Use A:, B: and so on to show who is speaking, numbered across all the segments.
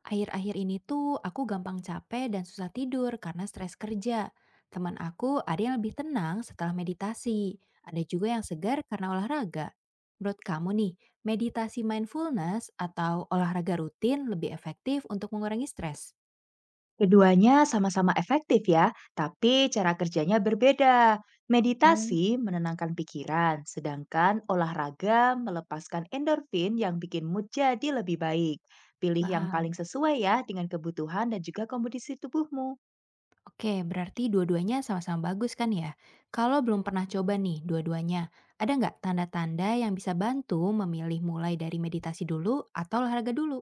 A: Akhir-akhir ini tuh aku gampang capek dan susah tidur karena stres kerja. Teman aku ada yang lebih tenang setelah meditasi, ada juga yang segar karena olahraga. Menurut kamu nih, meditasi mindfulness atau olahraga rutin lebih efektif untuk mengurangi stres?
B: Keduanya sama-sama efektif ya, tapi cara kerjanya berbeda.
A: Hmm,
B: Meditasi menenangkan pikiran, sedangkan olahraga melepaskan endorfin yang bikin mood jadi lebih baik. Pilih yang paling
A: paham.
B: sesuai ya dengan kebutuhan dan juga kondisi tubuhmu.
A: Oke, berarti dua-duanya sama-sama bagus kan ya? Kalau belum pernah coba nih dua-duanya, ada nggak tanda-tanda yang bisa bantu memilih mulai dari meditasi dulu atau olahraga dulu?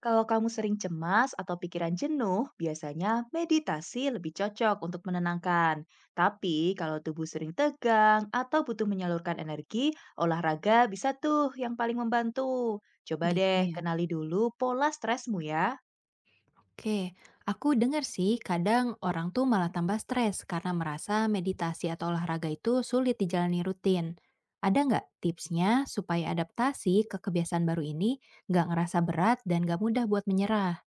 B: Kalau kamu sering cemas atau pikiran jenuh, biasanya meditasi lebih cocok untuk menenangkan. Tapi kalau tubuh sering tegang atau butuh menyalurkan energi, olahraga bisa tuh yang paling membantu. Coba
A: Gitu
B: deh
A: ya.
B: kenali dulu pola stresmu ya.
A: Oke, aku dengar sih kadang orang tuh malah tambah stres karena merasa meditasi atau olahraga itu sulit dijalani rutin. Ada nggak tipsnya supaya adaptasi ke kebiasaan baru ini nggak ngerasa berat dan nggak mudah buat menyerah?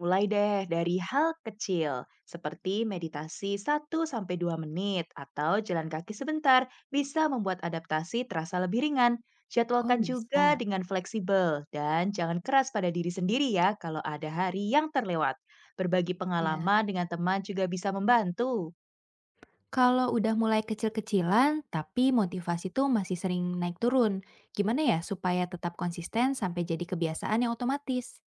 B: Mulai deh dari hal kecil, seperti meditasi satu sampai dua menit atau jalan kaki sebentar bisa membuat adaptasi terasa lebih ringan.
A: Oh
B: Jadwalkan juga
A: bisa,
B: dengan fleksibel dan jangan keras pada diri sendiri ya kalau ada hari yang terlewat. Berbagi
A: ya.
B: pengalaman dengan teman juga bisa membantu.
A: Kalau udah mulai kecil-kecilan, tapi motivasi tuh masih sering naik turun. Gimana ya supaya tetap konsisten sampai jadi kebiasaan yang otomatis?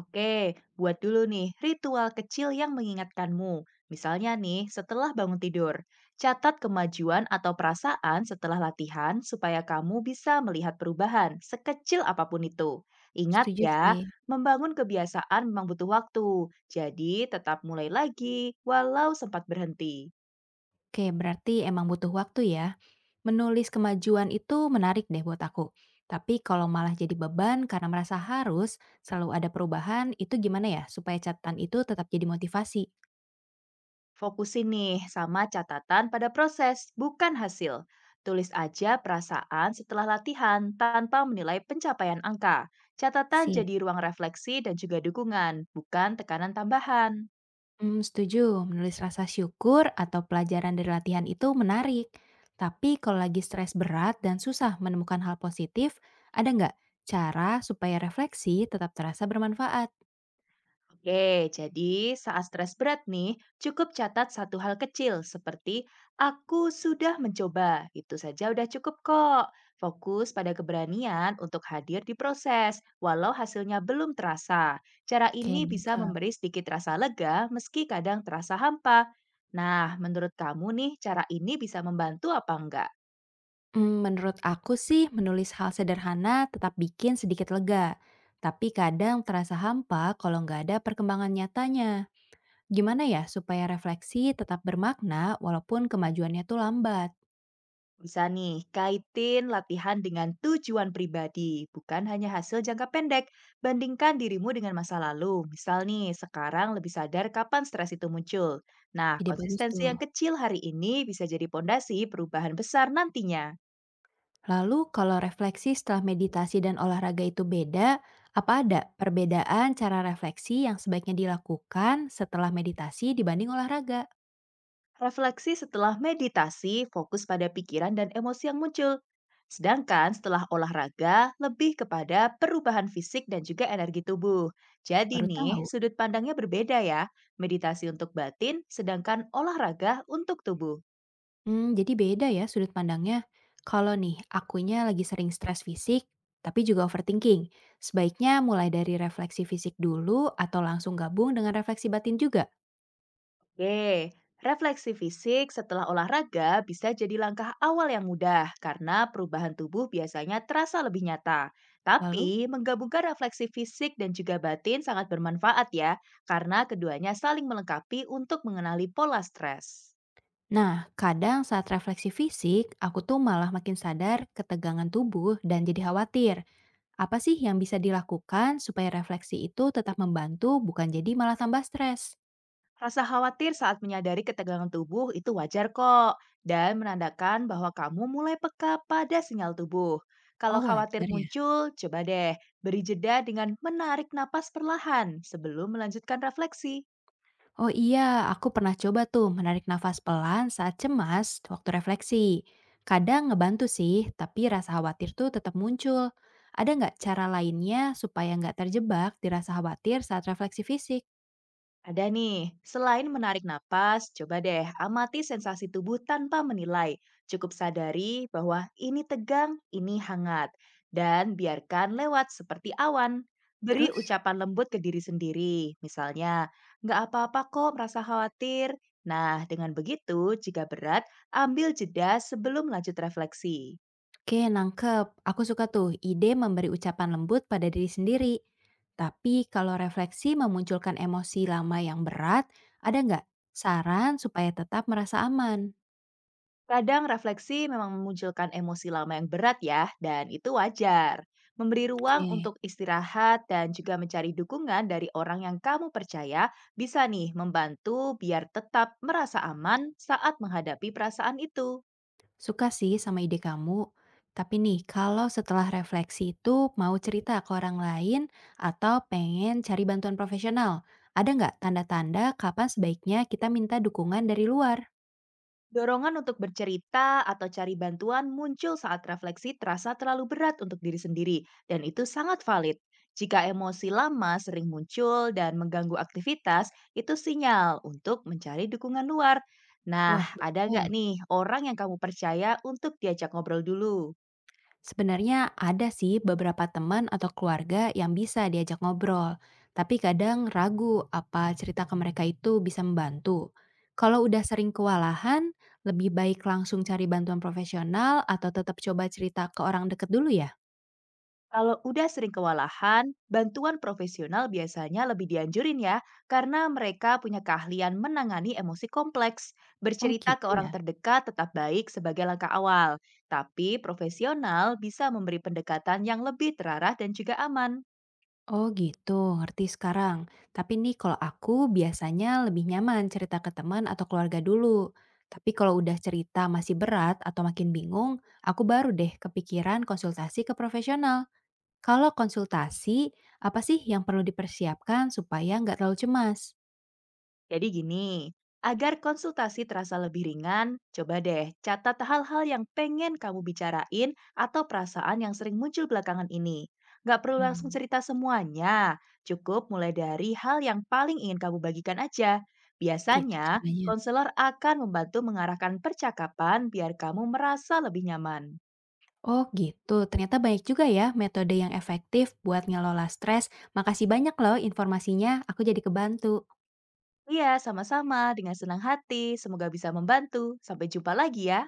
B: Oke, buat dulu nih ritual kecil yang mengingatkanmu. Misalnya nih, setelah bangun tidur, catat kemajuan atau perasaan setelah latihan supaya kamu bisa melihat perubahan sekecil apapun itu. Ingat
A: Setuju
B: ya,
A: sih.
B: membangun kebiasaan memang butuh waktu. Jadi, tetap mulai lagi walau sempat berhenti.
A: Oke, berarti emang butuh waktu ya. Menulis kemajuan itu menarik deh buat aku. Tapi kalau malah jadi beban karena merasa harus selalu ada perubahan, itu gimana ya supaya catatan itu tetap jadi motivasi?
B: Fokusin nih sama catatan pada proses, bukan hasil. Tulis aja perasaan setelah latihan tanpa menilai pencapaian angka. Catatan
A: Sih,
B: jadi ruang refleksi dan juga dukungan, bukan tekanan tambahan.
A: hmm, setuju. Menulis rasa syukur atau pelajaran dari latihan itu menarik. Tapi kalau lagi stres berat dan susah menemukan hal positif, ada nggak cara supaya refleksi tetap terasa bermanfaat?
B: Oke, jadi saat stres berat nih, cukup catat satu hal kecil seperti aku sudah mencoba. Itu saja udah cukup kok. Fokus pada keberanian untuk hadir di proses, walau hasilnya belum terasa. Cara
A: Oke,
B: ini bisa
A: nangkep.
B: memberi sedikit rasa lega meski kadang terasa hampa. Nah, menurut kamu nih, cara ini bisa membantu apa enggak?
A: Menurut aku sih menulis hal sederhana tetap bikin sedikit lega, tapi kadang terasa hampa kalau nggak ada perkembangan nyatanya. Gimana ya supaya refleksi tetap bermakna walaupun kemajuannya tuh lambat?
B: Bisa nih, kaitin latihan dengan tujuan pribadi, bukan hanya hasil jangka pendek. Bandingkan dirimu dengan masa lalu. Misal nih, sekarang lebih sadar kapan stres itu muncul. Nah,
A: Ide bagus
B: konsistensi
A: tuh.
B: yang kecil hari ini bisa jadi pondasi perubahan besar nantinya.
A: Lalu kalau refleksi setelah meditasi dan olahraga itu beda, apa ada perbedaan cara refleksi yang sebaiknya dilakukan setelah meditasi dibanding olahraga?
B: Refleksi setelah meditasi fokus pada pikiran dan emosi yang muncul. Sedangkan setelah olahraga lebih kepada perubahan fisik dan juga energi tubuh. Jadi
A: Baru
B: nih,
A: tahu.
B: sudut pandangnya berbeda ya. Meditasi untuk batin, sedangkan olahraga untuk tubuh.
A: Jadi beda ya sudut pandangnya. Kalau nih akunya lagi sering stres fisik, tapi juga overthinking, sebaiknya mulai dari refleksi fisik dulu atau langsung gabung dengan refleksi batin juga?
B: Oke, refleksi fisik setelah olahraga bisa jadi langkah awal yang mudah karena perubahan tubuh biasanya terasa lebih nyata. Tapi,
A: Lalu?
B: menggabungkan refleksi fisik dan juga batin sangat bermanfaat ya, karena keduanya saling melengkapi untuk mengenali pola stres.
A: Nah, kadang saat refleksi fisik, aku tuh malah makin sadar ketegangan tubuh dan jadi khawatir. Apa sih yang bisa dilakukan supaya refleksi itu tetap membantu bukan jadi malah tambah stres?
B: Rasa khawatir saat menyadari ketegangan tubuh itu wajar kok dan menandakan bahwa kamu mulai peka pada sinyal tubuh. Kalau
A: Oh
B: khawatir
A: wajar ya?
B: muncul, coba deh beri jeda dengan menarik napas perlahan sebelum melanjutkan refleksi.
A: Oh iya, aku pernah coba tuh menarik nafas pelan saat cemas waktu refleksi. Kadang ngebantu sih, tapi rasa khawatir tuh tetap muncul. Ada nggak cara lainnya supaya nggak terjebak di rasa khawatir saat refleksi fisik?
B: Ada nih, selain menarik napas, coba deh amati sensasi tubuh tanpa menilai. Cukup sadari bahwa ini tegang, ini hangat. Dan biarkan lewat seperti awan. Beri
A: Terus,
B: ucapan lembut ke diri sendiri. Misalnya, nggak apa-apa kok merasa khawatir. Nah, dengan begitu, jika berat, ambil jeda sebelum lanjut refleksi.
A: Oke, nangkep. Aku suka tuh ide memberi ucapan lembut pada diri sendiri. Tapi kalau refleksi memunculkan emosi lama yang berat, ada nggak saran supaya tetap merasa aman?
B: Kadang refleksi memang memunculkan emosi lama yang berat ya, dan itu wajar. Memberi ruang
A: Oke.
B: untuk istirahat dan juga mencari dukungan dari orang yang kamu percaya bisa nih membantu biar tetap merasa aman saat menghadapi perasaan itu.
A: Suka sih sama ide kamu, tapi nih kalau setelah refleksi itu mau cerita ke orang lain atau pengen cari bantuan profesional, ada nggak tanda-tanda kapan sebaiknya kita minta dukungan dari luar?
B: Dorongan untuk bercerita atau cari bantuan muncul saat refleksi terasa terlalu berat untuk diri sendiri, dan itu sangat valid. Jika emosi lama sering muncul dan mengganggu aktivitas, itu sinyal untuk mencari dukungan luar. Nah,
A: Wah,
B: ada nggak
A: betul.
B: nih orang yang kamu percaya untuk diajak ngobrol dulu?
A: Sebenarnya ada sih beberapa teman atau keluarga yang bisa diajak ngobrol, tapi kadang ragu apa cerita ke mereka itu bisa membantu. Kalau udah sering kewalahan, lebih baik langsung cari bantuan profesional atau tetap coba cerita ke orang deket dulu ya?
B: Kalau udah sering kewalahan, bantuan profesional biasanya lebih dianjurin ya, karena mereka punya keahlian menangani emosi kompleks.
A: Oh
B: Bercerita ke
A: gitu ya?
B: orang terdekat tetap baik sebagai langkah awal, tapi profesional bisa memberi pendekatan yang lebih terarah dan juga aman.
A: Oh gitu, ngerti sekarang. Tapi nih kalau aku biasanya lebih nyaman cerita ke teman atau keluarga dulu. Tapi kalau udah cerita masih berat atau makin bingung, aku baru deh kepikiran konsultasi ke profesional. Kalau konsultasi, apa sih yang perlu dipersiapkan supaya nggak terlalu cemas?
B: Jadi gini, agar konsultasi terasa lebih ringan, coba deh catat hal-hal yang pengen kamu bicarain atau perasaan yang sering muncul belakangan ini. Nggak perlu langsung
A: Hmm,
B: cerita semuanya, cukup mulai dari hal yang paling ingin kamu bagikan aja.
A: gitu
B: Biasanya,
A: caranya.
B: konselor akan membantu mengarahkan percakapan biar kamu merasa lebih nyaman.
A: Oh gitu, ternyata banyak juga ya metode yang efektif buat ngelola stres. Makasih banyak loh informasinya, aku jadi kebantu.
B: Iya, sama-sama. Dengan senang hati, semoga bisa membantu. Sampai jumpa lagi ya.